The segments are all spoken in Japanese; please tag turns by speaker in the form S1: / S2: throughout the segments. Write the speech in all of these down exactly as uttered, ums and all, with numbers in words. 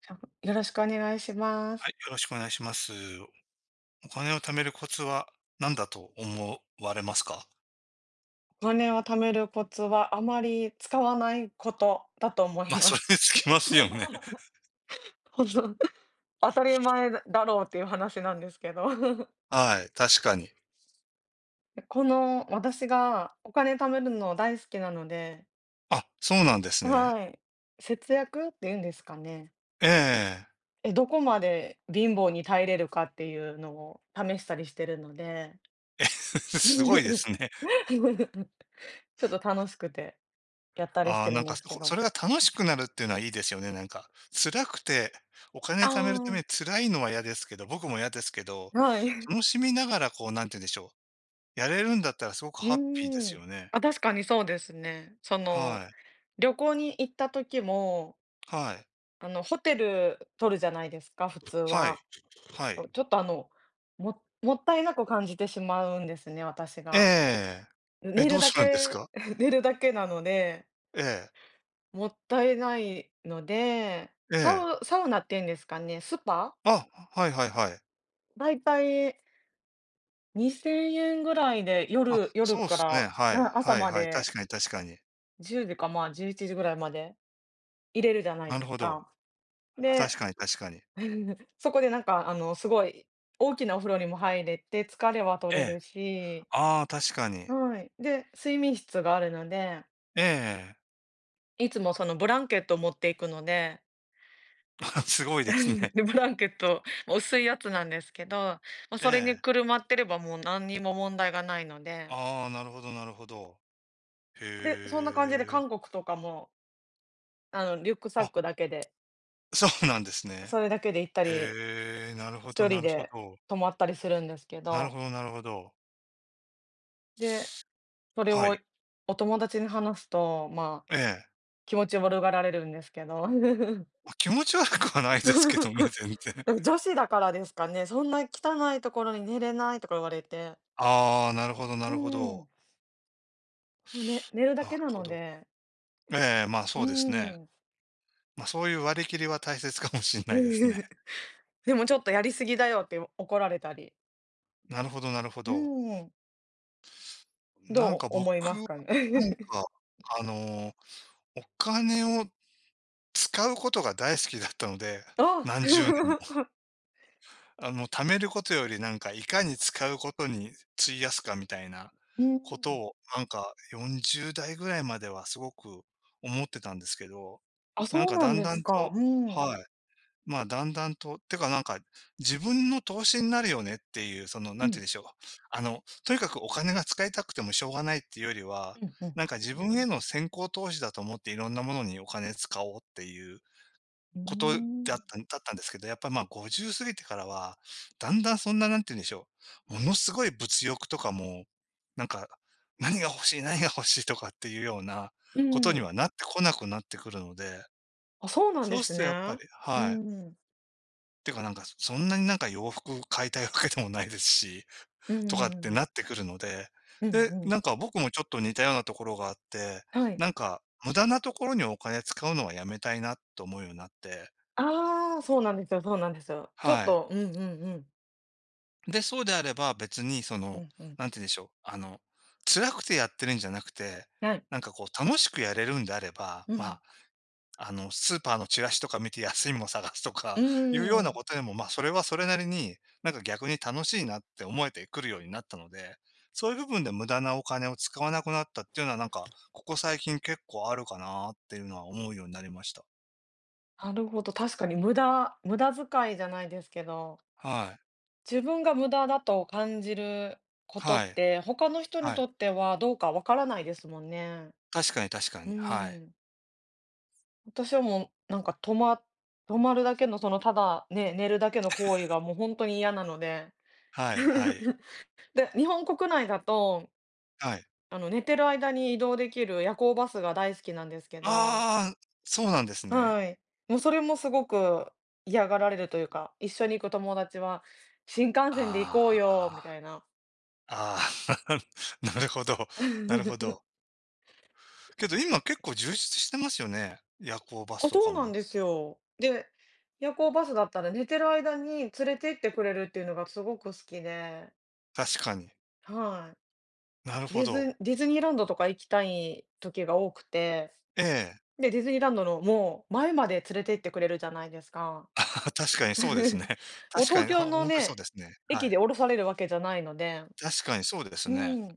S1: 多分よろしくお願いしま
S2: はい、
S1: す。
S2: よろしくお願いします。お金を貯めるコツは何だと思われますか？
S1: お金を貯めるコツはあまり使わないことだと 思い
S2: ま、あ、
S1: ま
S2: それ
S1: す。
S2: につきますよね。
S1: ほんと、当たり前だろうっていう話なんですけど。
S2: はい、確かに。
S1: この私がお金貯めるの大好きなので、
S2: あ、そうなんですね。
S1: はい。節約っていうんですかね。
S2: ええ。
S1: え、どこまで貧乏に耐えれるかっていうのを試したりしてるので、
S2: すごいで すね。
S1: ちょっと楽しくてやったりし
S2: ああ、
S1: てる
S2: なん
S1: ん
S2: か、
S1: で
S2: そ
S1: すけ
S2: そ
S1: ど。
S2: れが楽しくなるっていうのはいいですよね、なんか。辛くて、お金
S1: あ
S2: 貯めるために辛いのは嫌ですけど、僕も嫌ですけど、
S1: あ、はい。
S2: 楽しみながらこう、なんて言うんでしょう、やれるんだったらすごく
S1: う
S2: ハッピーで
S1: ー
S2: す
S1: ん。
S2: よね。
S1: あ、確かにそうですね。その、
S2: はい。
S1: 旅行に行った時も、
S2: はい。
S1: あの、ホテル取るじゃないですか、普通
S2: はい。
S1: は。
S2: はい。
S1: ちょっと、あの、ももったいなく感じてしまうんですね、私が。
S2: ええ。え、
S1: 寝
S2: ど
S1: る
S2: う
S1: だ
S2: するんです
S1: け
S2: か？
S1: 寝るだけなので、
S2: ええ、
S1: もったいないので、
S2: え
S1: サ
S2: え。
S1: ウサウナっていうんですかね、スパ？
S2: あ、はいはいはい。
S1: だいたいにせんえんぐらいで、
S2: あ、
S1: 夜夜
S2: そうっ
S1: か
S2: すね。
S1: ら、
S2: はい、
S1: 朝
S2: はい
S1: ま
S2: はい。
S1: で
S2: 確かに確かに。
S1: じゅうじか、まあ、じゅういちじぐらいまで入れるじゃない
S2: なる
S1: です
S2: ほど。
S1: か。で、
S2: 確かに確かに。
S1: そこでなんかあの、すごい大きなお風呂にも入れて、疲れは取
S2: え
S1: れ
S2: え。
S1: るし、
S2: ああ、確かに。
S1: はい。で、睡眠室があるので、
S2: ええ。
S1: いつもそのブランケットを持っていくので、
S2: すごいですね。
S1: で、ブランケット、もう薄いやつなんですけど、ま、
S2: え
S1: それに
S2: え。
S1: くるまってればもう何にも問題がないので、
S2: ああ、なるほどなるほど。
S1: で、そ
S2: へ
S1: んな感じで
S2: え。
S1: 韓国とかも、あの、リュックサッ
S2: あ、
S1: クだけで、
S2: そうなんですね。
S1: それだけで行ったり、
S2: へえ、なるほど
S1: 一
S2: な
S1: 人
S2: るほ
S1: で
S2: ど。
S1: 泊まったりするんですけ
S2: なる
S1: ど、
S2: ほどなるほど。
S1: でそれ
S2: は
S1: を
S2: い。
S1: お友達に話すと、まあ、
S2: ええ。
S1: 気持ち悪がられるんですけど。
S2: ま、気持ち悪くはないですけどね、全然。
S1: 女子だからですかね。そんな汚いところに寝れないとか言われて。
S2: ああ、なるほどな
S1: う
S2: るほど。
S1: ん。でもね、寝るだ
S2: なる
S1: けな
S2: ほ
S1: の
S2: ど。
S1: で、
S2: ええ、まあ、
S1: う
S2: そうですね。
S1: ん。
S2: まあ、そういう割り切りは大切かもしれないですね。
S1: でもちょっとやりすぎだよって怒られたり。
S2: なるほどなるほ
S1: う
S2: ど。
S1: ん。
S2: なん
S1: ど
S2: か
S1: う
S2: 僕
S1: 思います
S2: は、
S1: か
S2: な
S1: ね？
S2: んか、あの、お金を使うことが大好きだったので、
S1: あ
S2: 何十年も。あの、貯めることよりなんかいかに使うことに費やすかみたいな
S1: うん。
S2: ことを、なんかよんじゅうだい代ぐらいまではすごく思ってたんですけど、
S1: あ、
S2: なん
S1: そう
S2: か
S1: な
S2: だ
S1: ん
S2: ん
S1: で
S2: だ
S1: す
S2: ん
S1: か。
S2: と。
S1: うん。
S2: はい。まあ、だんだんと、てかなんか、自分の投資になるよねっていう、その、
S1: う
S2: なんて言
S1: ん。
S2: うんでしょう。あの、とにかくお金が使いたくてもしょうがないっていうよりは、
S1: うんうん。
S2: なんか自分への先行投資だと思っていろんなものにお金使おうっていう
S1: うー
S2: こと
S1: ん。
S2: だっただったんですけど、やっぱりまあごじゅう過ぎてからは、だんだんそんな、なんて言うんでしょう。ものすごい物欲とかも、なんか、何が欲しい、何が欲しいとかっていうような
S1: う
S2: ことに
S1: ん。
S2: はなってこなくなってくるので、
S1: あ、そうなんで
S2: そうす
S1: す
S2: るとやっぱ
S1: ね。
S2: り。
S1: う
S2: はい。
S1: ん。
S2: てかなんか、そんなになんか洋服買いたいわけでもないですし、
S1: うんう
S2: とかっ
S1: んうん
S2: て
S1: う
S2: な
S1: ん。
S2: ってくるので、
S1: うん
S2: で、
S1: うん。
S2: なんか僕もちょっと似たようなところがあって、
S1: はい。
S2: なんか無駄なところにお金使うのはやめたいなと思うようになって、
S1: ああ、そうなんですよそうなんですよ。ちょっ
S2: はい。
S1: と、うんうんうん。
S2: で、そうであれば別にそ
S1: う
S2: の、
S1: んうん。
S2: なんて言うんでしょう、あの、辛くてやってるんじゃなくて、
S1: はい。
S2: なんかこう楽しくやれるんであれば、
S1: う
S2: ま
S1: ん。
S2: ああの、スーパーのチラシとか見て安いもの探すと
S1: う
S2: かいうよう
S1: ー
S2: な
S1: ん。
S2: ことでも、まあ、それはそれなりに、なんか逆に楽しいなって思えてくるようになったので、そういう部分で無駄なお金を使わなくなったっていうのは、なんか、ここ最近結構あるかなっていうのは思うようになりました。
S1: なるほど、確かに無駄無駄遣いじゃないですけど、
S2: はい。
S1: 自分が無駄だと感じることっ
S2: はい。
S1: て、他の人に
S2: は
S1: と
S2: い。
S1: ってはどうかわからないですもんね。
S2: 確かに確か
S1: うー
S2: に。はい。
S1: ん。私はもうなんか、止ま止まるだけのそのただね、寝るだけの行為がもう本当に嫌なので。
S2: はいはい。
S1: で、日本国内だと、
S2: はい。
S1: あの、寝てる間に移動できる夜行バスが大好きなんですけど、
S2: ああ、そうなんですね。
S1: はい。もうそれもすごく嫌がられるというか、一緒に行く友達は「新幹線で行こうよ」み
S2: あ
S1: たいな。
S2: あ、ああ、なるほど、なるほど。けど今結構充実してますよね。夜行バス
S1: あ、
S2: と
S1: そ
S2: か
S1: うな
S2: も。
S1: んですよ。で、夜行バスだったら寝てる間に連れて行ってくれるっていうのがすごく好きで、
S2: 確かに。
S1: は
S2: なる
S1: い。
S2: ほ
S1: ディ
S2: ど。
S1: ズディズニーランドとか行きたい時が多くて、
S2: ええ。
S1: で、ディズニーランドのもう前まで連れて行ってくれるじゃないですか。
S2: あ、確かにそうですね。
S1: もう
S2: 確か
S1: 東
S2: に、本
S1: 京の
S2: ほんとにそう
S1: ね、
S2: ですね。は
S1: 駅で
S2: い。
S1: 降ろされるわけじゃないので、
S2: 確かにそうです
S1: う
S2: ね。
S1: ん。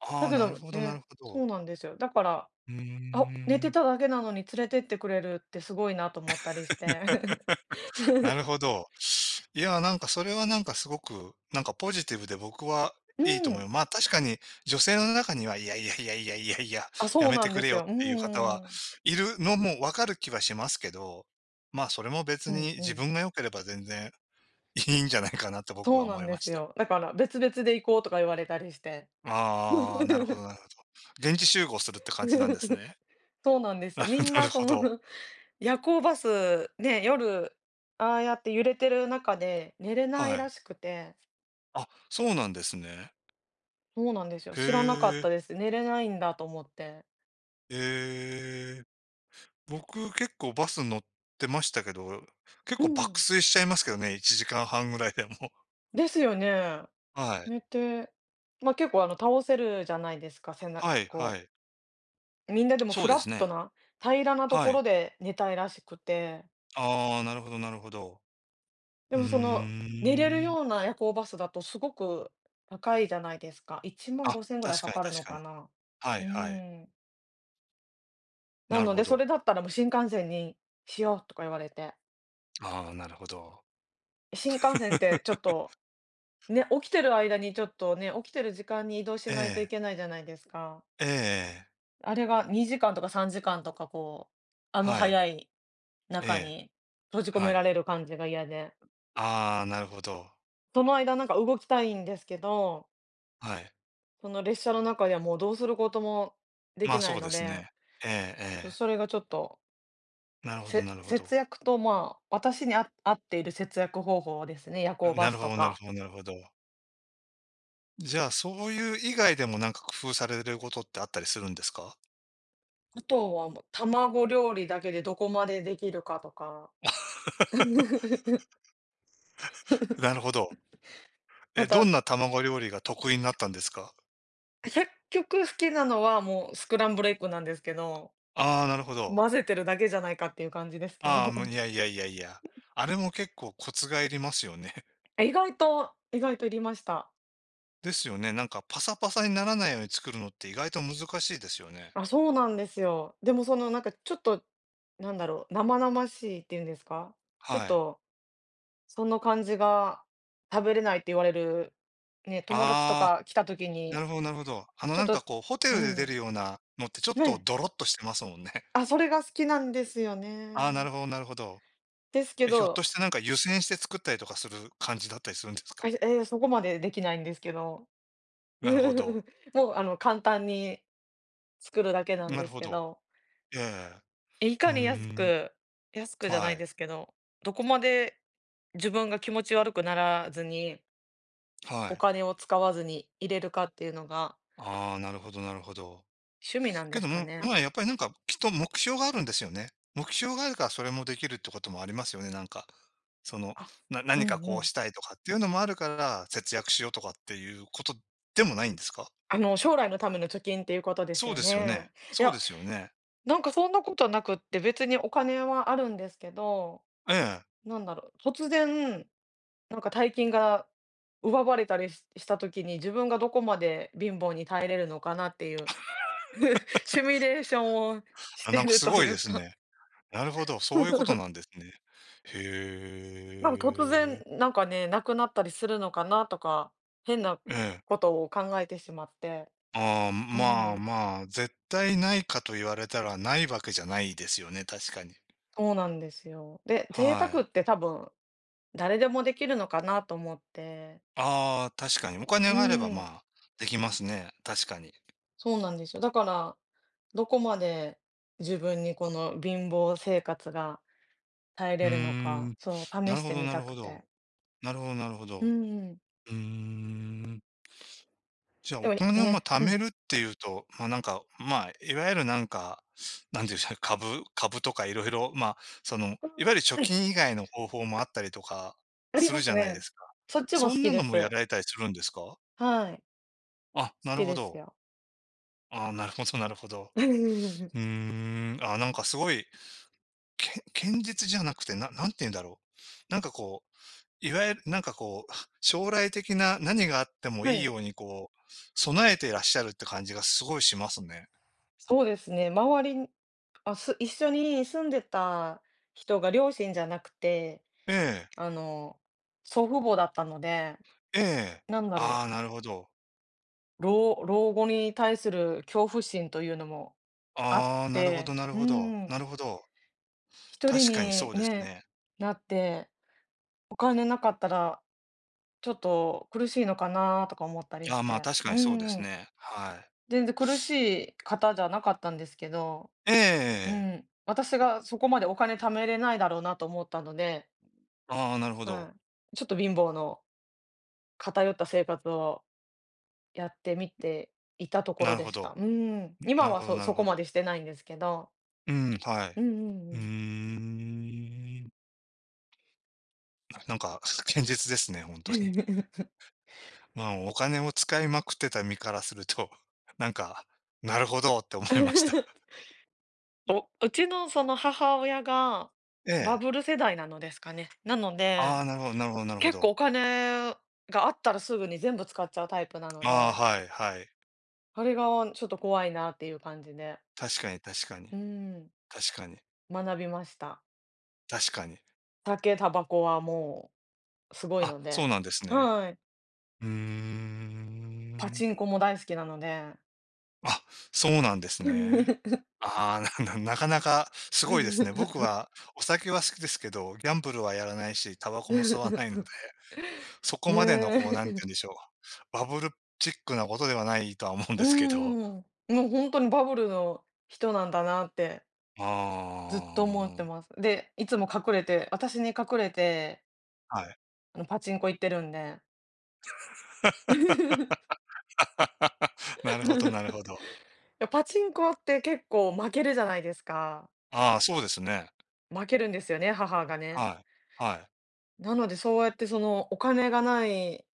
S2: あ
S1: だ
S2: あ、
S1: け
S2: なる
S1: ど
S2: ほどなる
S1: ね、
S2: ほ
S1: そう
S2: ど。
S1: なんですよ。だから、
S2: う
S1: あ、寝
S2: ー
S1: て
S2: ん。
S1: ただけなのに連れてってくれるってすごいなと思ったりして。
S2: なるほど。いや、なんかそれはなんかすごく、なんかポジティブで僕は
S1: う
S2: いいと思い
S1: ん。
S2: ます。 まあ、確かに女性の中には、いやいやいやいやいやいや、
S1: あ、
S2: や
S1: そう
S2: め
S1: な
S2: て
S1: ん
S2: く
S1: で
S2: れ
S1: す
S2: よっ
S1: よ。うんう
S2: ていう方は
S1: んうん。
S2: いるのもわかる気はしますけど、まあ、それも別に自分が良ければ全然いいんじゃないかなって僕
S1: そ
S2: は
S1: うな
S2: 思
S1: ん
S2: い
S1: で
S2: まし
S1: す
S2: た。
S1: よ。だから別々で行こうとか言われたりして。
S2: ああ、なるほど なるほど。現地集合するって感じなんですね。
S1: そうなんで す
S2: な
S1: よ。みん
S2: る
S1: なそ
S2: ほど。
S1: の 夜行バスね、夜ああやって揺れてる中で寝れな
S2: は
S1: い
S2: い。
S1: らしくて。
S2: あ、そうなんですね。
S1: そうなんですよ。知らなか
S2: へ
S1: っ
S2: え。
S1: たです。寝れないんだと思って。
S2: ええ。僕、結構バス乗ってましたけど、結
S1: う
S2: 構爆
S1: ん。
S2: 睡しちゃいますけどね、いちじかんはんぐらいでも。
S1: ですよね。
S2: はい。
S1: 寝て、ま、あ結構あの倒せるじゃないですか、せな
S2: はいは
S1: こ
S2: い。
S1: う、みんなでも
S2: そう
S1: フ
S2: で
S1: ラッ
S2: す
S1: ト
S2: ね。
S1: な、平らなと
S2: は
S1: こ
S2: い。
S1: ろで寝たいらしくて、
S2: ああ、なるほどなるほど。
S1: で
S2: う
S1: もその、寝れる
S2: ーん。
S1: ような夜行バスだとすごく高いじゃないですか。1万
S2: あ、
S1: 5千ぐらい
S2: 確か
S1: か
S2: に
S1: かる
S2: 確
S1: の
S2: か
S1: か
S2: に。
S1: な。
S2: はい
S1: う
S2: はい。
S1: ーん。な
S2: なる
S1: の
S2: ほ
S1: で、それ
S2: ど。
S1: だったらもう新幹線にしようとか言われて、
S2: ああ、なるほど。
S1: 新幹線ってちょっとね、起きてる間にちょっとね、起きてる時間に移動し
S2: え
S1: ないとい
S2: え。
S1: けないじゃないですか。
S2: えええ。
S1: あれがにじかんとかさんじかんとかこう、あの
S2: はい。
S1: 早い
S2: え
S1: 中
S2: え。
S1: に閉じ込
S2: は
S1: めら
S2: い。
S1: れる感じが嫌で、
S2: ああ、なるほど。
S1: その間なんか動きたいんですけど、
S2: はい。
S1: その列車の中ではもうどうすることもで
S2: ま
S1: き
S2: あ、
S1: な
S2: そ
S1: い
S2: うで
S1: の
S2: す
S1: で、
S2: ね。えええ
S1: ちょ
S2: え。
S1: それがちょっと、
S2: なるほど
S1: せ
S2: なるほど。
S1: 節約と、まあ、私にあ合っている節約方法ですね、夜行
S2: な
S1: バ
S2: る
S1: ス
S2: ほ
S1: と
S2: どなる
S1: か。
S2: ほどなるほど。じゃあ、そういう以外でもなんか工夫されてることってあったりするんですか？
S1: あとはもう卵料理だけでどこまでできるかとか。
S2: なるほど。え、
S1: ま
S2: どん
S1: た、
S2: な卵料理が得意になったんですか？
S1: 100曲好きなのは、もうスクランブルエッグなんですけど、
S2: ああー、なるほど。
S1: 混ぜてるだけじゃないかっていう感じですけ
S2: ああ、
S1: ど。
S2: もう、いやいやいやいや。あれも結構コツがいりますよね。
S1: あ、意外と意外といりました。
S2: ですよね。なんかパサパサにならないように作るのって意外と難しいですよね。
S1: あ、そうなんですよ。でもそのなんかちょっと、なんだろう、生々しいっていうんですか、ちょっ
S2: はい。
S1: とその感じが食べれないって言われる、ね、友達と
S2: ああ、
S1: か来た時
S2: な
S1: に、
S2: るほどなるほど。あの、
S1: ちょ
S2: な
S1: っ
S2: んか
S1: と
S2: こうホテ
S1: う
S2: ルで出
S1: ん、
S2: るようなのってちょっと
S1: ね、
S2: ドロっとしてますもんね。
S1: あ、それが好きなんですよ
S2: ああ、な
S1: ね。
S2: るほどなるほど。
S1: ですけ
S2: え、ひょっと
S1: ど、
S2: してなんか湯煎して作ったりとかする感じだったりするんですか？
S1: あ、ええ、そこまでできないんですけど。
S2: なるほど。
S1: もう、あの、簡単に作るだけなん
S2: な
S1: で
S2: る
S1: す
S2: ほ
S1: け
S2: ど。
S1: ど、
S2: ええ。
S1: え、い
S2: うー
S1: かに安
S2: ん。
S1: く安くじゃな
S2: は
S1: い
S2: い。
S1: ですけど、どこまで自分が気持ち悪くならずに、
S2: は
S1: お
S2: い。
S1: 金を使わずに入れるかっていうのが
S2: ああ、なるほどなるほど。
S1: 趣味なん
S2: け
S1: で
S2: ど
S1: すか
S2: も、
S1: ね。
S2: まあ、やっぱりなんか、きっと目標があるんですよね。目標があるからそれもできるってこともありますよね、なんか。その、
S1: あ、
S2: な
S1: う
S2: 何か
S1: んう
S2: こう
S1: ん。
S2: したいとかっていうのもあるから、節約しようとかっていうことでもないんですか？
S1: あの、将来のための貯金っていうことです
S2: そう
S1: よ
S2: ですよね。
S1: ね。い
S2: そうで
S1: や、
S2: すよね。
S1: なんかそんなことなくって、別にお金はあるんですけど、
S2: ええ。
S1: なんだろう、突然なんか大金が奪われたりしした時に、自分がどこまで貧乏に耐えれるのかなっていう シミュレーションをし
S2: あ、
S1: て
S2: なんか
S1: る
S2: す
S1: と
S2: ごい
S1: い
S2: で
S1: う
S2: す
S1: か。
S2: ね。なるほど、そういうことなんで すね。へ
S1: なんか突然、
S2: え。
S1: なんかね、なくなったりするのかなとか、変な
S2: ええ。
S1: ことを考えてしまって。
S2: ああ、
S1: う
S2: まあ
S1: ん、
S2: まあ、絶対ないかと言われたらないわけじゃないですよね、確かに。
S1: そうなんですよ。で、贅
S2: は
S1: 沢
S2: い。
S1: って多分誰でもできるのかなと思って。
S2: ああ、確かに。お金
S1: う
S2: があれば、ま
S1: ん、
S2: あ、できますね、確かに。
S1: そうなんですよ。だから、どこまで自分にこの貧乏生活が耐え
S2: うー
S1: れるのか、
S2: ん。
S1: そう、
S2: な
S1: 試
S2: る
S1: し
S2: ほ
S1: て
S2: ど
S1: み
S2: なる
S1: た
S2: ほ
S1: く
S2: ど。
S1: て。
S2: なるほどなるほ
S1: う
S2: ど。
S1: んうん。
S2: うーん。じゃあ、
S1: で
S2: お
S1: も、
S2: 金を、ま、
S1: ね、
S2: 貯
S1: う
S2: め
S1: ん。
S2: るっていうと、ま、なんか、まあ、いわゆるなんか、なんていうんですか株株とかいろいろまあ、その、
S1: うん
S2: いわゆる貯
S1: はい、
S2: 金以外の方法もあったりとか
S1: あり
S2: す
S1: ま
S2: るじ
S1: す
S2: ゃないで
S1: ね。
S2: すか。
S1: そっちも
S2: そ
S1: 好
S2: ん
S1: き
S2: なの
S1: で
S2: もや
S1: す。
S2: られたりするんですか？
S1: はい、
S2: あ、
S1: 好
S2: なる
S1: き
S2: ほ
S1: です
S2: ど。
S1: よ。
S2: あーなるほどなるほど。うーん、あー、なんかすごい、け堅実じゃなくて、ななんて言うんだろう。なんかこう、いわゆるなんかこう、将来的な何があっても
S1: は
S2: いい
S1: い、
S2: ようにこう、備えていらっしゃるって感じがすごいしますね。
S1: そうですね、周りにあ、す一緒に住んでた人が両親じゃなくて、
S2: ええ、
S1: あの、祖父母だったので、
S2: ええ。
S1: なんだ
S2: あ
S1: ろ
S2: あ、なるほど。
S1: う、老老後に対する恐怖心というのもあっ
S2: ああ、なるほど
S1: て、
S2: なる
S1: うう
S2: ほど。
S1: ん、
S2: なるほど。
S1: 一人
S2: 確かにそ
S1: に
S2: うです
S1: ね、
S2: ね。
S1: なってお金なかったら、ちょっと苦しいのかなとか思ったり
S2: ああ、
S1: し
S2: まあ、
S1: て。
S2: 確か
S1: う
S2: にそうで
S1: ん
S2: す
S1: ん。
S2: ね。はい。
S1: 全然苦しい方じゃなかったんですけど、
S2: ええ
S1: う
S2: ええ。
S1: ん。私がそこまでお金貯めれないだろうなと思ったので、
S2: ああ、なるほど。
S1: はい。ちょっと貧乏の偏った生活をやってみていたとこ
S2: な
S1: ろ
S2: る
S1: で
S2: ほ
S1: した。
S2: ど。
S1: うん。
S2: な
S1: 今
S2: る
S1: は
S2: ほど
S1: そ
S2: なる
S1: そこ
S2: ほ
S1: ま
S2: ど。
S1: でしてないんですけど。
S2: うん、はい。
S1: うんうんう
S2: う
S1: ん。
S2: ーん。なんか、堅実ですね、本当に。まあ、お金を使いまくってた身からすると、なんか、なるほどって思いました。
S1: おうちのその母親が バ
S2: ええ。
S1: ブル世代なのですかね。なの
S2: あ
S1: で
S2: あ、なるほどなるほどなるほ
S1: 結構
S2: ど。
S1: お金があったらすぐに全部使っちゃうタイプなので、
S2: ああ、はいはい。
S1: それがちょっと怖いなっていう感じで、
S2: 確かに確かに。
S1: うん、
S2: 確かに。
S1: 学びました。
S2: 確かに。
S1: 酒、タバコはもうすごい
S2: あ、
S1: の
S2: そう
S1: で、
S2: なんですね。
S1: はい。
S2: うー
S1: パ
S2: ん。
S1: チンコも大好きなので。
S2: あ、そうなんですね。ああ、な ななかなかすごいですね。僕はお酒は好きですけど、ギャンブルはやらないし、タバコも吸わないので。そこ
S1: ね
S2: までのこう、なんて
S1: え。
S2: 言うんでしょう、バブルチックなことではないとは思うん
S1: う
S2: ですけど。
S1: んうんうん。もう本当にバブルの人なんだなって
S2: あ
S1: ずっと思ってま
S2: あ。
S1: す。で、いつも隠れて私に隠れて、
S2: はい。
S1: あの、パチンコ行ってるんで。
S2: なるほどなるほど。
S1: いや、パチンコって結構負けるじゃないですか。
S2: ああ、そうですね。
S1: 負けるんですよね、母がね。
S2: はい。はい。
S1: なので、そうやってそのお金がない、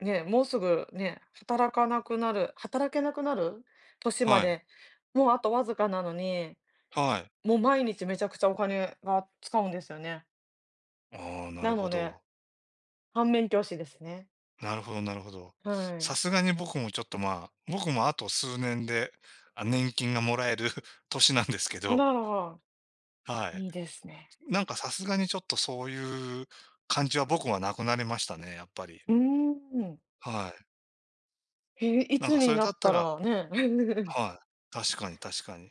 S1: ね、もうすぐね、働かなくなる、働けなくなる年ま
S2: はい。
S1: で、もうあとわずかなのに、
S2: はい。
S1: もう毎日めちゃくちゃお金が使うんですよね。
S2: ああ、なる
S1: な
S2: ほ
S1: ので、
S2: ど。
S1: 反面教師ですね。
S2: なるほどなるほど。
S1: は
S2: さ
S1: い。
S2: すがに僕もちょっと、まあ、僕もあと数年で、あ、年金がもらえる 年なんですけ
S1: あ
S2: ど、
S1: らら、
S2: はい。
S1: いいですね。
S2: なんかさすがにちょっとそういう感じは僕はなくなりましたね、やっぱり。
S1: うーん。
S2: はい。
S1: へえ、い
S2: なん
S1: つ
S2: かそ
S1: に
S2: れ
S1: な
S2: だっ
S1: っ
S2: た
S1: た
S2: ら。
S1: らね。
S2: はい。確かに確かに。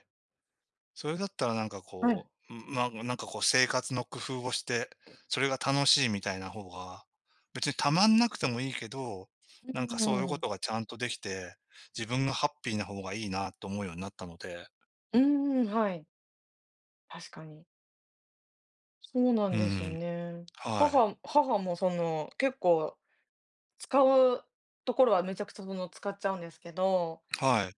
S2: それだったらなんか
S1: はい。
S2: こう、ん、まあ、なんかこう生活の工夫をして、それが楽しいみたいな方が、別にたまんなくてもいいけど、なんか
S1: う
S2: そういうこ
S1: ん。
S2: とがちゃんとできて、自分がハッピーな方がいいなと思うようになったので。
S1: うん、はい。確かに。そうな
S2: う
S1: んですよ
S2: ん、
S1: ね。
S2: はい。
S1: 母母もその、結構使うところはめちゃくちゃその、使っちゃうんですけど、
S2: はい。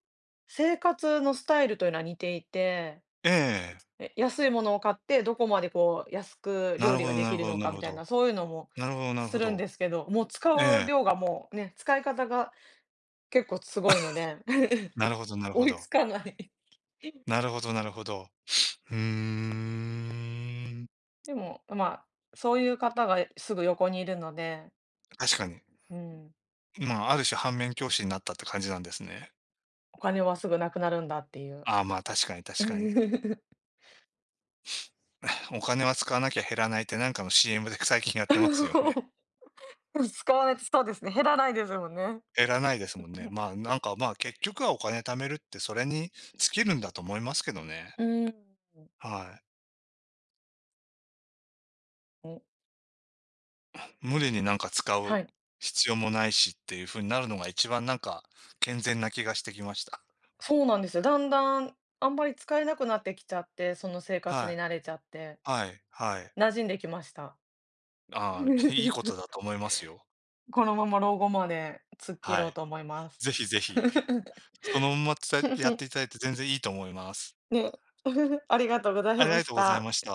S1: 生活のスタイルというのは似ていて、
S2: ええ。
S1: え、安いものを買ってどこまでこう安く
S2: な
S1: 料
S2: る
S1: 理
S2: ほ
S1: が
S2: ど
S1: で
S2: な
S1: き
S2: る
S1: る
S2: ほど
S1: の
S2: な
S1: か
S2: る
S1: み
S2: ほ
S1: たい
S2: ど。
S1: な、そういうのも
S2: なるほどなる
S1: す
S2: ほ
S1: るん
S2: ど。
S1: ですけど、もう
S2: え
S1: 使う
S2: え。
S1: 量がもうね、使い方が結構すごいので、
S2: なるほどなるほ
S1: 追い
S2: ど。
S1: つかない。
S2: なるほどなるほど。うーん。
S1: でも、まあ、そういう方がすぐ横にいるので、
S2: 確かに。
S1: うん、
S2: まあ、ある種反面教師になったって感じなんですね。
S1: お金はすぐなくなるんだっていう。
S2: ああ、まあ、確かに
S1: う
S2: 確かに。
S1: ん
S2: お金は使わなきゃ減らないってなんかの シーエム で最近やってますよね。
S1: 使わないとそうですね、減らないですもんね。
S2: 減らないですもんね。まあ、なんか、まあ、結局はお金貯めるってそれに尽きるんだと思いますけどね。
S1: うん、
S2: はい。
S1: ん、
S2: 無理になんか使う
S1: はい。
S2: 必要もないしっていう風になるのが一番なんか健全な気がしてきました。
S1: そうなんですよ。だんだん、あんまり使えなくなってきちゃって、その生活に
S2: は
S1: 慣れちゃって、
S2: い。はい。はい。
S1: 馴染んできました。
S2: ああ、いいことだと 思いますよ。
S1: このまま老後まで突っ切
S2: は
S1: ろう
S2: い。
S1: と思います。
S2: ぜひぜひ。そのままつやっていただいて全然いいと思います。
S1: ね、ありがとうござい
S2: あり
S1: ま
S2: がと
S1: し
S2: うござい
S1: た。
S2: ました。